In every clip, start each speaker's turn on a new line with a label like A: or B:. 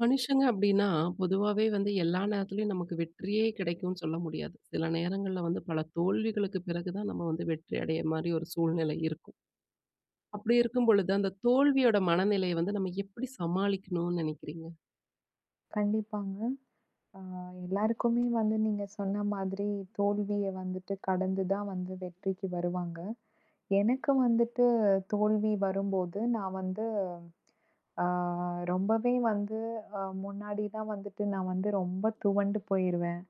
A: மனுஷங்க அப்டின்னா, பொதுவாவே வந்து எல்லா நேரத்துலயும் நமக்கு வெற்றியே கிடைக்கும்னு சொல்ல முடியாது. சில நேரங்கள்ல வந்து பல தோல்விகளுக்கு பிறகு தான் நம்ம வந்து வெற்றி அடைய மாரி ஒரு சூழ்நிலை இருக்கும். அப்டி இருக்கும் பொழுது, அந்த தோல்வியோட மனநிலைய வந்து நம்ம எப்டி சமாளிக்கணும்னு நெனைக்கிறீங்க?
B: கண்டிப்பாங்க. அ எல்லாருக்குமே வந்து நீங்க சொன்ன மாதிரி தோல்விய வந்துட்டு கடந்து தான் வந்து வெற்றிக்கு வருவாங்க. எனக்கு வந்துட்டு தோல்வி வரும்போது, நான் வந்து அ ரொம்பவே வந்து முன்னாடிலாம் வந்துட்டு நான் வந்து ரொம்ப துவண்டு போயிருவேன்.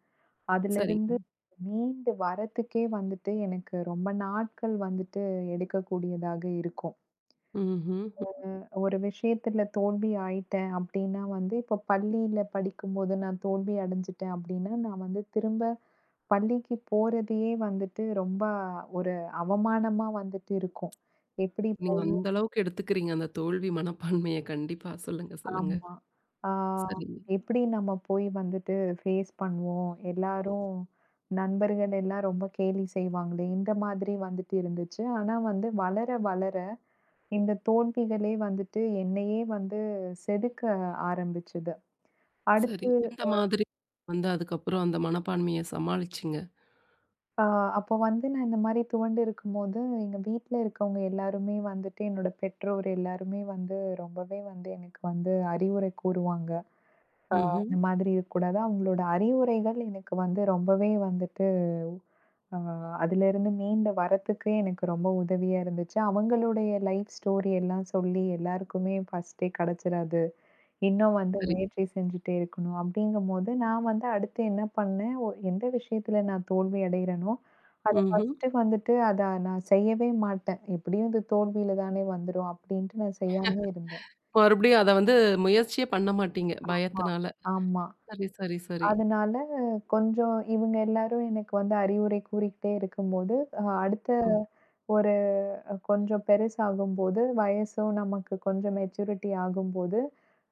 B: அதுலேருந்து
A: சரிங்க.
B: மீண்டு வரத்துக்கே வந்துட்டு எனக்கு ரொம்ப நாட்கள் வந்துட்டு எடுக்கக்கூடியதாக இருக்கும்.
A: ம்ஹ்ம்.
B: ஒரு விஷயத்துல தோல்வி ஆயிட்டேன் அப்டின்னா வந்து, இப்போ பள்ளியில படிக்கும்போது நான் தோல்வி அடைஞ்சுட்டேன் அப்டின்னா, நான் வந்து திரும்ப பள்ளிக்கு போறதையே வந்துட்டு ரொம்ப ஒரு அவமானமா வந்துட்டு இருக்கும். எப்படி போ
A: நீங்க அந்த அளவுக்கு எடுத்துக்கிறீங்க அந்த தோல்வி மனப்பான்மைய கண்டிப்பா. சொல்லுங்க, சொல்லுங்க.
B: ஆமா. ஆ
A: சரிங்க.
B: எப்படி நம்ம போய் வந்துட்டு ஃபேஸ் பண்ணுவோம்? எல்லாரும் நண்பர்கள் எல்லாம் ரொம்ப கேலி செய்வாங்களே! இந்த மாதிரி வந்துட்டு இருந்துச்சு. ஆனா வந்து வளர, வளர இந்த தோல்விகளே வந்துட்டு என்னையே வந்து செதுக்க ஆரம்பிச்சது.
A: சரி.
B: அடுத்து
A: எந்த மாதிரி வந்து அதுக்கப்புறம் அந்த மனப்பான்மைய சமாளிச்சீங்க?
B: ஆ அப்போ வந்து நான் இந்த மாரி துவண்டு இருக்கும்போது, எங்க வீட்ல இருக்கவங்க எல்லாருமே வந்துட்டு, என்னோட பெற்றோர் எல்லாருமே வந்து ரொம்பவே வந்து எனக்கு வந்து அறிவுரை கூறுவாங்க.
A: ம்ஹ்ம்.
B: இந்த மாதிரி இருக்கக்கூடாது. அவங்களோட அறிவுரைகள் எனக்கு வந்து ரொம்பவே வந்துட்டு அ அதிலேருந்து மீண்டு வரத்துக்கு எனக்கு ரொம்ப உதவியா இருந்துச்சு. அவங்களுடைய லைஃப் ஸ்டோரி எல்லாம் சொல்லி எல்லாருக்குமே ஃபர்ஸ்ட்டே கிடைச்சிராது. இன்னும் வந்து
A: சரி.
B: முயற்சி செஞ்சுட்டே இருக்கணும். அப்படிங்கும்போது, நான் வந்து அடுத்து என்ன பண்ணேன், எந்த விஷயத்துல நான் தோல்வி அடையிறேனோ, அத
A: ம்ஹ்ம்.
B: ஃபர்ஸ்ட்டு வந்துட்டு அத நான் செய்யவே மாட்டேன். எப்படியும் இது தோல்வியில தானே வந்துரும் அப்படின்ட்டு நான் செய்யாமயே இருந்தேன்.
A: மறுபடியும் அத வந்து முயற்சியே பண்ண மாட்டீங்க
B: ஆமா.
A: பயத்தினால.
B: ஆமா.
A: சரி, சரி, சரி.
B: அதனால கொஞ்சம் இவங்க எல்லாரும் எனக்கு வந்து அறிவுரை கூறிக்கிட்டே இருக்கும்போது, அடுத்த
A: ம்.
B: ஒரு கொஞ்சம் பெருசாகும்போது, வயசும் நமக்கு கொஞ்சம் மெச்சூரிட்டி ஆகும்போது,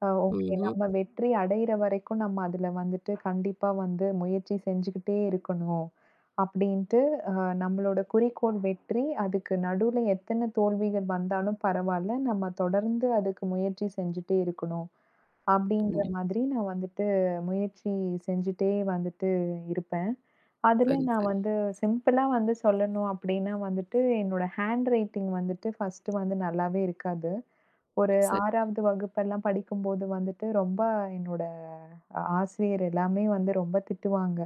B: ஓகே
A: ம்ஹ்ம்.
B: நம்ம வெற்றி அடையிற வரைக்கும் நம்ம அதில வந்துட்டு கண்டிப்பா வந்து முயற்சி செஞ்சுக்கிட்டே இருக்கணும். அப்படின்ட்டு அ நம்மளோட குறிக்கோள் வெற்றி. அதுக்கு நடுவுல எத்தன தோல்விகள் வந்தாலும் பரவால்ல. நம்ம தொடர்ந்து அதுக்கு முயற்சி செஞ்சுட்டே இருக்கணும். அப்படின்ற
A: கண்டிப்பா.
B: மாதிரி நான் வந்துட்டு முயற்சி செஞ்சுட்டே வந்துட்டு இருப்பேன். அதுல
A: சரி,
B: நான்
A: சரி.
B: வந்து சிம்பிளா வந்து சொல்லணும் அப்படின்னா வந்துட்டு, என்னோட ஹேண்ட் ரைட்டிங் வந்துட்டு ஃபர்ஸ்ட்டு வந்து நல்லாவே இருக்காது. ஒரு
A: சரி.
B: 6வது வகுப்பெல்லாம் படிக்கும்போது வந்துட்டு, ரொம்ப என்னோட ஆசிரியர் எல்லாமே வந்து ரொம்ப திட்டுவாங்க.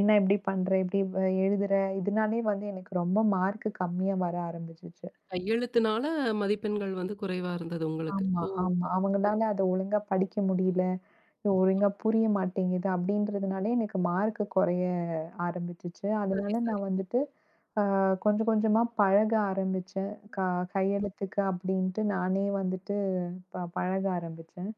B: "என்ன இப்படி பண்ற? இப்படி எழுதுற?" இதனாலேயே வந்து எனக்கு ரொம்ப மார்க் கம்மியா வர ஆரம்பிச்சுச்சு.
A: கையெழுத்துனால மதிப்பெண்கள் வந்து குறைவா இருந்தது உங்களுக்கு.
B: ஆமா,
A: ஓ!
B: ஆமா.
A: சரி,
B: அவங்களால அத ஒழுங்கா படிக்க முடியல. இது ஒழுங்கா புரிய மாட்டேங்குது. அப்படின்றதுனாலே எனக்கு மார்க் குறைய ஆரம்பிச்சுச்சு.
A: சரி,
B: அதனால
A: சரி,
B: நான் வந்துட்டு கொஞ்சம் கொஞ்சமா பழக ஆரம்பிச்சேன். கையெழுத்துக்கு அப்படின்ட்டு நானே வந்துட்டு பழக ஆரம்பிச்சேன்.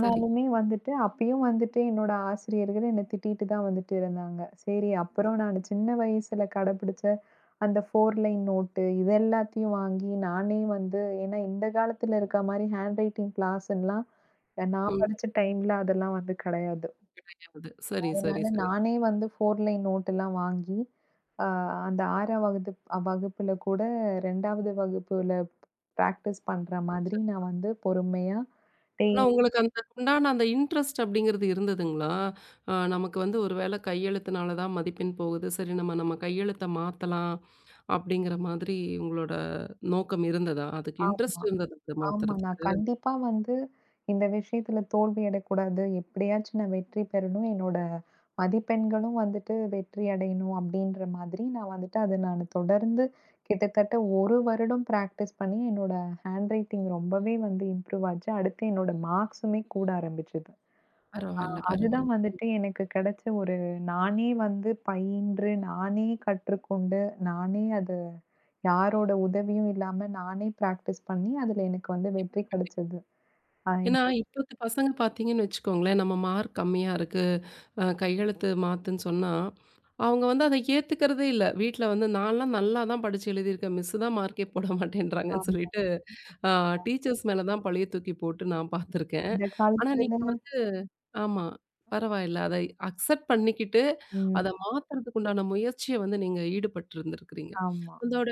A: சரி.
B: வந்துட்டு அப்பயும் வந்துட்டு என்னோட ஆசிரியர்கள் என்ன திட்டிட்டு தான் வந்துட்டு இருந்தாங்க. சரி அப்புறம் நான் சின்ன வயசுல கடைபிடிச்ச அந்த 4 லைன் நோட்டு இது எல்லாத்தையும் வாங்கி நானே வந்து ஏன்னா இந்த காலத்துல இருக்க மாரி ஹேண்ட் ரைட்டிங் கிளாஸ்லாம் நான்
A: ம்.
B: படிச்ச டைம்ல அதெல்லாம் வந்து கிடையாது.
A: அது. சரி, சரி,
B: அதனால
A: சரி.
B: நானே வந்து 4 லைன் நோட்டெல்லாம் வாங்கி, அ அந்த 6ஆம் வகுதுப் வகுப்புல கூட 2வது வகுப்புல பிராக்டிஸ் பண்ற மாதிரி
A: அச்சா.
B: நான் வந்து பொறுமையா
A: ஆனா
B: டெய்லி
A: உங்களுக்கு அந்த உண்டான அந்த இன்ட்ரெஸ்ட் அப்படிங்கிறது இருந்ததுங்களா? அ நமக்கு வந்து ஒரு வேளை கையெழுத்துனால தான் மதிப்பெண் போகுது. சரி நம்ம நம்ம கையெழுத்த மாத்தலாம் அப்படிங்கிற மாதிரி உங்களோட நோக்கம் இருந்ததா? அதுக்கு
B: ஆமா.
A: இன்ட்ரெஸ்ட் இருந்ததா அது
B: ஆமா. நான்
A: மாத்துறதுக்கு?
B: கண்டிப்பா வந்து இந்த விஷயத்துல தோல்வி அடையக்கூடாது. எப்படியாச்சும் நான் வெற்றி பெறணும். என்னோட மதிப்பெண்களும் வந்துட்டு வெற்றி அடையணும் அப்படின்ற மாதிரி நான் வந்துட்டு அத நான் தொடர்ந்து கிட்டத்தட்ட 1 வருடம் பிராக்டிஸ் பண்ணி என்னோட ஹேண்ட் ரைட்டிங் ரொம்பவே வந்து இம்ப்ரூவ் ஆச்சு. அடுத்து என்னோட மார்க்ஸுமே கூட ஆரம்பிச்சது. ஆ
A: பரவால்ல,
B: அதுதான்
A: பரவால்ல.
B: வந்துட்டு எனக்கு கிடைச்ச ஒரு நானே வந்து பயின்று, நானே கற்றுக்கொண்டு, நானே அது யாரோட உதவியும் இல்லாம நானே பிராக்டிஸ் பண்ணி அதுல எனக்கு வந்து வெற்றி கிடைச்சது. அ
A: ஏன்னா, இப்பத்த பசங்க பார்த்தீங்கன்னு வச்சுக்கோங்களேன், நம்ம மார்க் கம்மியா இருக்கு, அ கையெழுத்து மாத்துன்னு சொன்னா, அவங்க வந்து அத ஏத்துக்கிறதே இல்ல. வீட்ல வந்து நான்லாம் நல்லா தான் படிச்சு எழுதியிருக்கேன். மிஸ் தான் மார்க்கே போட மாட்டேன்றாங்கன்னு
B: ஆமா.
A: சொல்லிட்டு, அ டீச்சர்ஸ் மேல தான் பழிய தூக்கி போட்டு நான் பார்த்துருக்கேன்.
B: இந்த
A: ஆனா நீங்க
B: காலத்துல
A: வந்து ஆமா. பரவாயில்ல. அதை அக்செப்ட் பண்ணிக்கிட்டு,
B: ம்.
A: அத மாத்துறதுக்கு உண்டான முயற்சிய வந்து நீங்க ஈடுபட்டு இருந்திருக்கிறீங்க.
B: ஆமா.
A: அதோட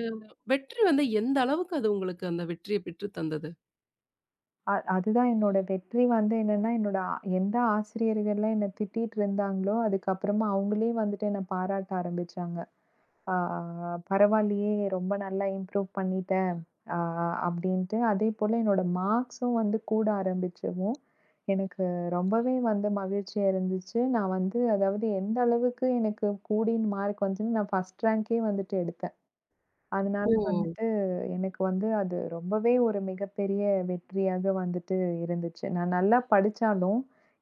A: வெற்றி வந்து எந்த அளவுக்கு அது உங்களுக்கு அந்த வெற்றிய பெற்று தந்தது?
B: அதுதான் என்னோட வெற்றி வந்து என்னன்னா, என்னோட எந்த ஆசிரியர்கள்லாம் என்ன திட்டிட்டு இருந்தாங்களோ, அதுக்கப்புறமா அவங்களே வந்துட்டு என்ன பாராட்ட ஆரம்பிச்சாங்க. ஆ பரவாயில்லையே! ரொம்ப நல்லா இம்ப்ரூவ் பண்ணிட்ட. ஆ அப்படின்ட்டு. அதேபோல என்னோட மார்க்ஸும் வந்து கூட ஆரம்பிச்சவும், எனக்கு ரொம்பவே வந்து மகிழ்ச்சியா இருந்துச்சு. நான் வந்து அதாவது எந்த அளவுக்கு எனக்கு கூடின மார்க் வந்துச்சுன்னு நான் ஃபர்ஸ்ட் ரேங்கே வந்துட்டு எடுத்தேன். அதனால
A: ஓ!
B: வந்துட்டு, எனக்கு வந்து அது ரொம்பவே ஒரு மிகப்பெரிய வெற்றியாக வந்துட்டு இருந்துச்சு. நான் நல்லா படிச்சாலும்,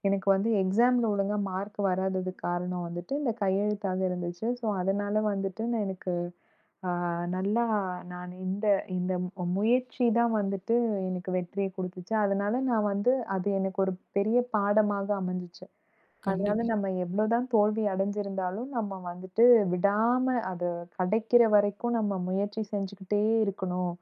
B: எனக்கு வந்து எக்ஸாம்ல ஒழுங்கா மார்க் வராததுக்கு காரணம் வந்துட்டு, இந்த கையெழுத்தாக இருந்துச்சு. ஸோ, அதனால வந்துட்டு நான் எனக்கு ஆ நல்லா நான் இந்த இந்த மு முயற்சி தான் வந்துட்டு எனக்கு வெற்றிய குடுத்துச்சு. அதனால நான் வந்து அது எனக்கு ஒரு பெரிய பாடமாக அமைஞ்சுச்சு. அதனால
A: கண்டிப்பா.
B: நம்ம எவ்வளோதான் தோல்வி அடைஞ்சிருந்தாலும், நம்ம வந்துட்டு விடாம அது கடைக்கிற வரைக்கும் நம்ம முயற்சி செஞ்சுக்கிட்டே இருக்கணும்.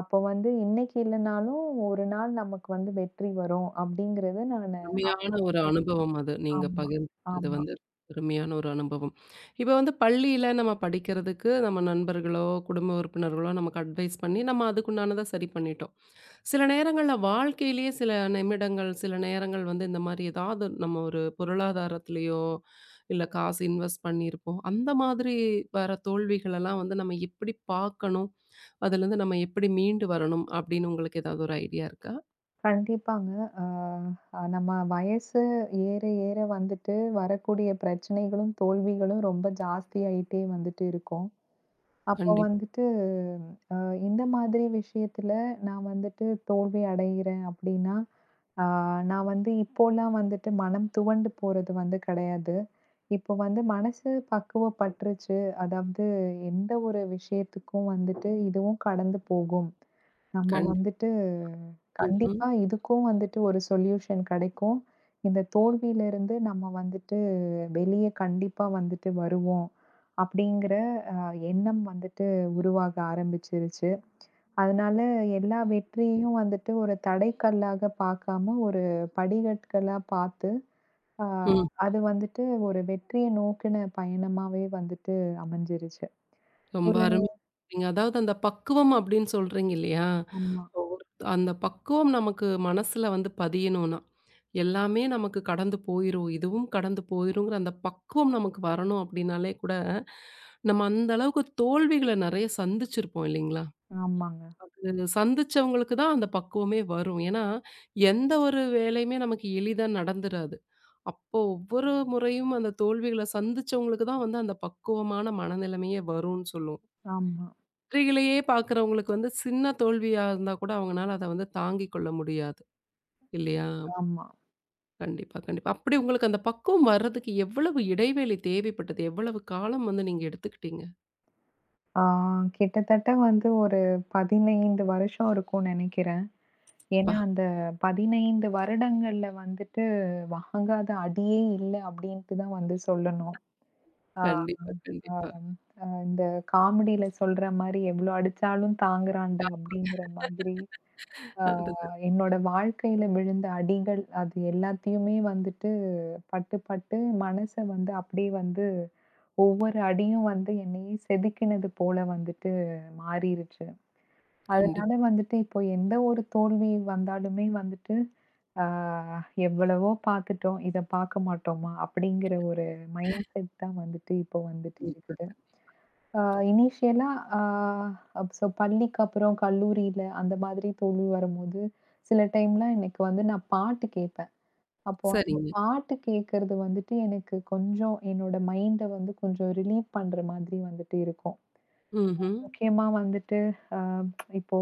B: அப்போ வந்து இன்னைக்கு இல்லனாலும் ஒரு நாள் நமக்கு வந்து வெற்றி வரும் அப்டிங்கிறது
A: அருமையான ஒரு அனுபவம் அது. நீங்க
B: ஆமா,
A: பகிர்ந்துக்கிட்டது
B: ஆமா.
A: வந்து அருமையான ஒரு அனுபவம். இப்ப வந்து பள்ளியில நம்ம படிக்கிறதுக்கு நம்ம நண்பர்களோ, குடும்ப உறுப்பினர்களோ நமக்கு அட்வைஸ் பண்ணி நம்ம அதுக்குண்டானத சரி பண்ணிட்டோம். சில நேரங்கள்ல வாழ்க்கையிலேயே சில நிமிடங்கள், சில நேரங்கள் வந்து இந்த மாரி ஏதாவது நம்ம ஒரு பொருளாதாரத்திலயோ, இல்ல காசு இன்வெஸ்ட் பண்ணியிருப்போம். அந்த மாதிரி வர தோல்விகளெல்லாம் வந்து நம்ம எப்படி பார்க்கணும்? அதுலேருந்து நம்ம எப்படி மீண்டு வரணும்? அப்படின்னு உங்களுக்கு ஏதாவது ஒரு ஐடியா இருக்கா?
B: கண்டிப்பாங்க. அ அ நம்ம வயசு ஏற ஏற வந்துட்டு வரக்கூடிய பிரச்சனைகளும், தோல்விகளும் ரொம்ப ஜாஸ்தியாயிட்டே வந்துட்டு இருக்கும். அப்போ
A: கண்டிப்பா,
B: வந்துட்டு, அ இந்த மாதிரி விஷயத்தில நான் வந்துட்டு தோல்வி அடைகிறேன் அப்டின்னா, ஆ நான் வந்து இப்போலாம் வந்துட்டு மனம் துவண்டு போறது வந்து கிடையாது. இப்போ வந்து மனசு பக்குவப்பட்டுருச்சு. அதாவது எந்த ஒரு விஷயத்துக்கும் வந்துட்டு இதுவும் கடந்து போகும். நம்ம
A: கண்டிப்பா.
B: வந்துட்டு
A: ம், ம்.
B: கண்டிப்பா இதுக்கும் வந்துட்டு ஒரு சொல்யூஷன் கிடைக்கும். இந்த தோல்வியிலிருந்து நம்ம வந்துட்டு வெளிய கண்டிப்பா வந்துட்டு வருவோம். அப்டிங்கிற எண்ணம் வந்துட்டு உருவாக ஆரம்பிச்சிருச்சு. அதனால எல்லா வெற்றியையும் வந்துட்டு ஒரு தடைக்கல்லாக பார்க்காம, ஒரு படிகட்களா பார்த்து, அ
A: ம்.
B: அது வந்துட்டு ஒரு வெற்றிய நோக்கின பயணமாவே வந்துட்டு அமைஞ்சிருச்சு.
A: ரொம்ப
B: ஒரு
A: அருமையா சொன்னீங்க. அதாவது அந்த பக்குவம் அப்படின்னு சொல்றீங்க இல்லையா?
B: ஆமா,
A: ஒரு அந்த பக்குவம் நமக்கு மனசுல வந்து பதியணும்னா, எல்லாமே நமக்கு கடந்து போயிரும். இதுவும் கடந்து போயிருங்கிற அந்த பக்குவம் நமக்கு வரணும் அப்படின்னாலே கூட, நம்ம அந்த அளவுக்கு தோல்விகள நெறைய சந்திச்சிருப்போம் இல்லைங்களா?
B: ஆமாங்க.
A: அது சந்திச்சவங்களுக்கு தான் அந்த பக்குவமே வரும். ஏன்னா, எந்த ஒரு வேலையுமே நமக்கு எளிதா நடந்துராது. அப்போ ஒவ்வொரு முறையும் அந்த தோல்விகள சந்திச்சவங்களுக்கு தான் வந்து அந்த பக்குவமான மனநிலைமையே வரும்னு சொல்லுவோம்.
B: ஆமா,
A: வெற்றிகளையே பார்க்குறவங்களுக்கு வந்து சின்ன தோல்வியா இருந்தா கூட அவங்கனால அத வந்து தாங்கிக் கொள்ள முடியாது. இல்லையா?
B: ஆமா.
A: கண்டிப்பா, கண்டிப்பா. அப்படி உங்களுக்கு அந்த பக்குவம் வர்றதுக்கு எவ்வளவு இடைவேளை தேவைப்பட்டது? எவ்வளவு காலம் வந்து நீங்க எடுத்துக்கிட்டீங்க?
B: ஆ கிட்டத்தட்ட வந்து ஒரு 15 வருஷம் இருக்கும்னு நெனைக்கிறேன்.
A: அப்பா!
B: ஏன்னா, அந்த 15 வருடங்கள்ல வந்துட்டு "வாங்காத அடியே இல்ல" அப்படின்ட்டு தான் வந்து சொல்லணும். ஆ.
A: கண்டிப்பா, கண்டிப்பா.
B: ஆம். இந்த காமெடியில சொல்ற மாரி "எவ்ளோ அடிச்சாலும் தாங்குறான்டா" அப்படிங்கிற மாதிரி, ஆ
A: அதுதான்.
B: என்னோட வாழ்க்கையில விழுந்த அடிகள், அது எல்லாத்தையுமே வந்துட்டு பட்டு பட்டு மனச வந்து அப்படியே வந்து ஒவ்வொரு அடியும் வந்து என்னையே செதுக்கினது போல வந்துட்டு மாறிருச்சு.
A: கண்டிப்பா,
B: அதனால வந்துட்டு இப்போ எந்த ஒரு தோல்வி வந்தாலுமே வந்துட்டு, ஆ "எவ்வளவோ பார்த்துட்டோம், இத பார்க்க மாட்டோமா?" அப்படிங்கிற ஒரு மைண்ட் செட் தான் வந்துட்டு இப்போ வந்துட்டு இருக்குது.
A: கண்டிப்பா.
B: ஆ இனிஷியலா ஆ அப் சோ பள்ளிக்கு அப்புறம் கல்லூரியில அந்த மாதிரி தோல்வி வரும்போது, சில டைம்லாம் எனக்கு வந்து நான் பாட்டு கேட்பேன். அப்போ அந்த
A: சரிங்க.
B: பாட்டு கேட்கறது வந்துட்டு எனக்கு கொஞ்சம் என்னோட மைண்ட வந்து கொஞ்சம் ரிலீவ் பண்ற மாதிரி வந்துட்டு இருக்கும்.
A: ம்ஹ்ம்.
B: முக்கியமா வந்துட்டு அ இப்போ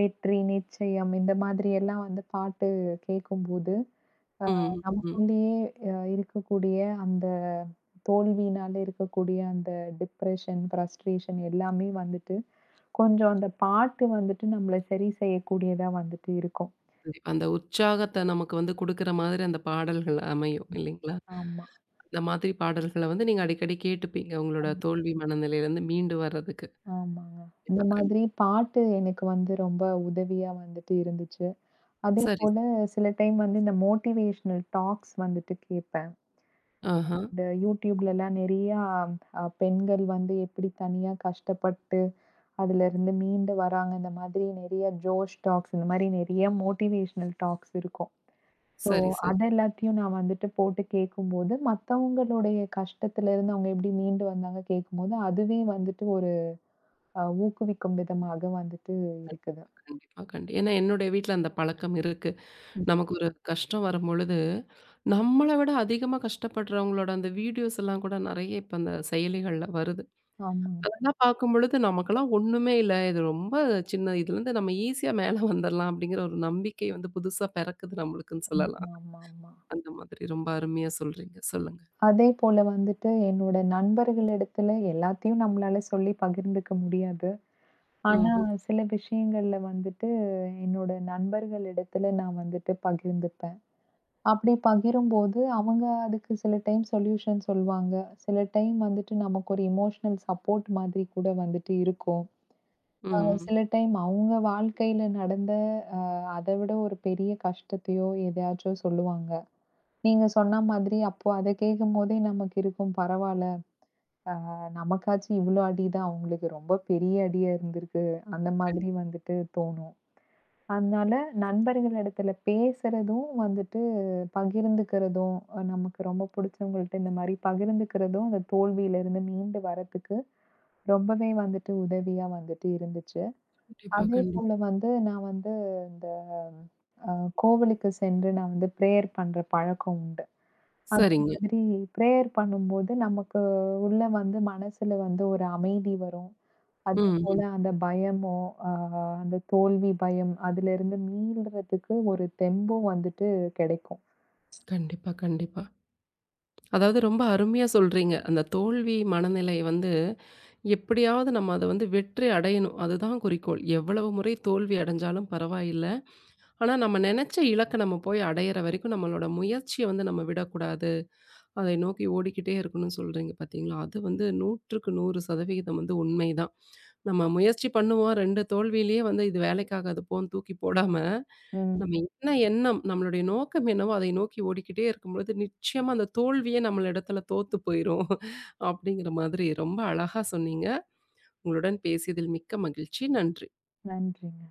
B: "வெற்றி நிச்சயம்" இந்த மாதிரி எல்லாம் வந்து பாட்டு கேட்கும்போது,
A: ம், ம். ம்.
B: நமக்குள்ளேயே இருக்கக்கூடிய அந்த தோல்வியினால இருக்கக்கூடிய அந்த டிப்ரஷன், ஃப்ரஸ்ட்ரேஷன் எல்லாமே வந்துட்டு கொஞ்சம் அந்த பாட்டு வந்துட்டு நம்மள சரி செய்யக்கூடியதா வந்துட்டு இருக்கும்.
A: கண்டிப்பா. அந்த உற்சாகத்த நமக்கு வந்து குடுக்குற மாதிரி அந்த பாடல்கள் அமையும் இல்லைங்களா?
B: ஆமா,
A: அந்த மாதிரி பாடல்கள வந்து நீங்க அடிக்கடி கேட்டுப்பீங்க. உங்களோட தோல்வி மனநிலையிலருந்து மீண்டு வர்றதுக்கு.
B: ஆமாங்க. இந்த
A: கண்டிப்பா, கண்
B: மாதிரி பாட்டு எனக்கு வந்து ரொம்ப உதவியா வந்துட்டு இருந்துச்சு.
A: சரி.
B: அதேபோல சில டைம் வந்து இந்த மோட்டிவேஷனல் டாக்ஸ் வந்துட்டு கேட்பேன்.
A: ஆஹா.
B: இந்த YouTubeலலாம் நெறையா பெண்கள் வந்து எப்படி தனியா கஷ்டப்பட்டு அதுலருந்து மீண்டு வராங்க. இந்த மாதிரி நெறைய ஜோஷ் டாக்ஸ் இந்த மாரி நெறைய மோட்டிவேஷனல் டாக்ஸ் இருக்கும். ஸோ,
A: சரி, சரி.
B: அத எல்லாத்தையும் நான் வந்துட்டு போட்டு கேட்கும்போது, மத்தவங்களுடைய கஷ்டத்துலருந்து அவங்க எப்படி மீண்டு வந்தாங்க கேட்கும்போது, அதுவே வந்துட்டு ஒரு ஊக்குவிக்கும் விதமாக வந்துட்டு இருக்குது.
A: கண்டிப்பா, கண்டி ஏன்னா என்னுடைய வீட்ல அந்த பழக்கம் இருக்கு. நமக்கு ஒரு கஷ்டம் வரும்பொழுது, நம்மள விட அதிகமா கஷ்டப்படுறவங்களோட அந்த வீடியோஸ் எல்லாம் கூட நெறைய இப்ப அந்த செயலிகள்ல வருது.
B: ஆமாங்க.
A: அதெல்லாம் பார்க்கும்பொழுது நமக்கெல்லாம் ஒண்ணுமே இல்ல. இது ரொம்ப சின்ன இதுலருந்து நம்ம ஈஸியா மேல வந்துரலாம் அப்படிங்கிற ஒரு நம்பிக்கை வந்து புதுசா பிறக்குது நம்மளுக்குன்னு
B: ம்.
A: சொல்லலாம்.
B: ஆமாமா.
A: அந்த மாதிரி ரொம்ப அருமையா சொல்றீங்க. சொல்லுங்க.
B: அதே போல வந்துட்டு என்னோட நண்பர்களிடத்துல எல்லாத்தையும் நம்மளால சொல்லி பகிர்ந்துக்க முடியாது. ஆனா,
A: ம்ஹ்ம்.
B: சில விஷயங்கள்ல வந்துட்டு என்னோட நண்பர்களிடத்துல நான் வந்துட்டு பகிர்ந்துப்பேன். அப்படி பகிரும்போது, அவங்க அதுக்கு சில டைம் சொல்யூஷன் சொல்வாங்க. சில டைம் வந்துட்டு நமக்கு ஒரு எமோஷனல் சப்போர்ட் மாதிரி கூட வந்துட்டு இருக்கும். அ
A: ம்.
B: சில டைம் அவங்க வாழ்க்கையில நடந்த அத விட ஒரு பெரிய கஷ்டத்தையோ, எதையாச்சோ சொல்லுவாங்க. நீங்க சொன்ன மாதிரி அப்போ அத கேட்கும்போதே நமக்கு இருக்கும் பரவால்ல. நமக்காச்சும் இவ்ளோ அடி தான், அவங்களுக்கு ரொம்ப பெரிய அடியா இருந்திருக்கு. அந்த மாதிரி வந்துட்டு தோணும். அதனால நண்பர்கள் இடத்துல பேசுறதும் வந்துட்டு பகிர்ந்துக்கிறதும், நமக்கு ரொம்ப புடிச்சவங்கள்ட்ட இந்த மாரி பகிர்ந்துக்கிறதும், அந்த தோல்வியிலிருந்து மீண்டு வரதுக்கு ரொம்பவே வந்துட்டு உதவியா வந்துட்டு இருந்துச்சு.
A: கண்டிப்பா, கண்டிப்பா.
B: அதேபோல வந்து நான் வந்து இந்த அ கோவிலுக்கு சென்று நான் வந்து பிரேயர் பண்ற பழக்கம் உண்டு. அந்த
A: சரிங்க.
B: மாதிரி பிரேயர் பண்ணும்போது நமக்கு உள்ள வந்து மனசுல வந்து ஒரு அமைதி வரும்.
A: ம்,
B: அதேபோல
A: ம்.
B: அந்த பயமோ, அ அந்த தோல்வி பயம், அதிலிருந்து மீள்றதுக்கு ஒரு தெம்பும் வந்துட்டு கிடைக்கும்.
A: கண்டிப்பா, கண்டிப்பா. அதாவது ரொம்ப அருமையா சொல்றீங்க. அந்த தோல்வி மனநிலை வந்து எப்படியாவது நம்ம அத வந்து வெற்றி அடையணும். அதுதான் குறிக்கோள். எவ்வளவு முறை தோல்வி அடைஞ்சாலும் பரவாயில்ல. ஆனா நம்ம நெனச்ச இலக்க நம்ம போய் அடையிற வரைக்கும் நம்மளோட முயற்சிய வந்து நம்ம விடக்கூடாது. அதை நோக்கி ஓடிக்கிட்டே இருக்கணும்னு சொல்றீங்க பார்த்தீங்களா? அது வந்து 100க்கு 100% வந்து உண்மைதான். நம்ம முயற்சி பண்ணுவோம். 2 தோல்வியிலேயே வந்து இது வேலைக்காகாது போன்னு தூக்கி போடாம, நம்ம
B: ம்.
A: என்ன எண்ணம், நம்மளுடைய நோக்கம் என்னவோ அதை நோக்கி ஓடிக்கிட்டே இருக்கும்பொழுது, நிச்சயமா அந்த தோல்வியே நம்மள இடத்துல தோத்து போயிரும். அப்படிங்கிற மாதிரி ரொம்ப அழகா சொன்னீங்க. உங்களுடன் பேசியதில் மிக்க மகிழ்ச்சி. நன்றி.
B: நன்றிங்க.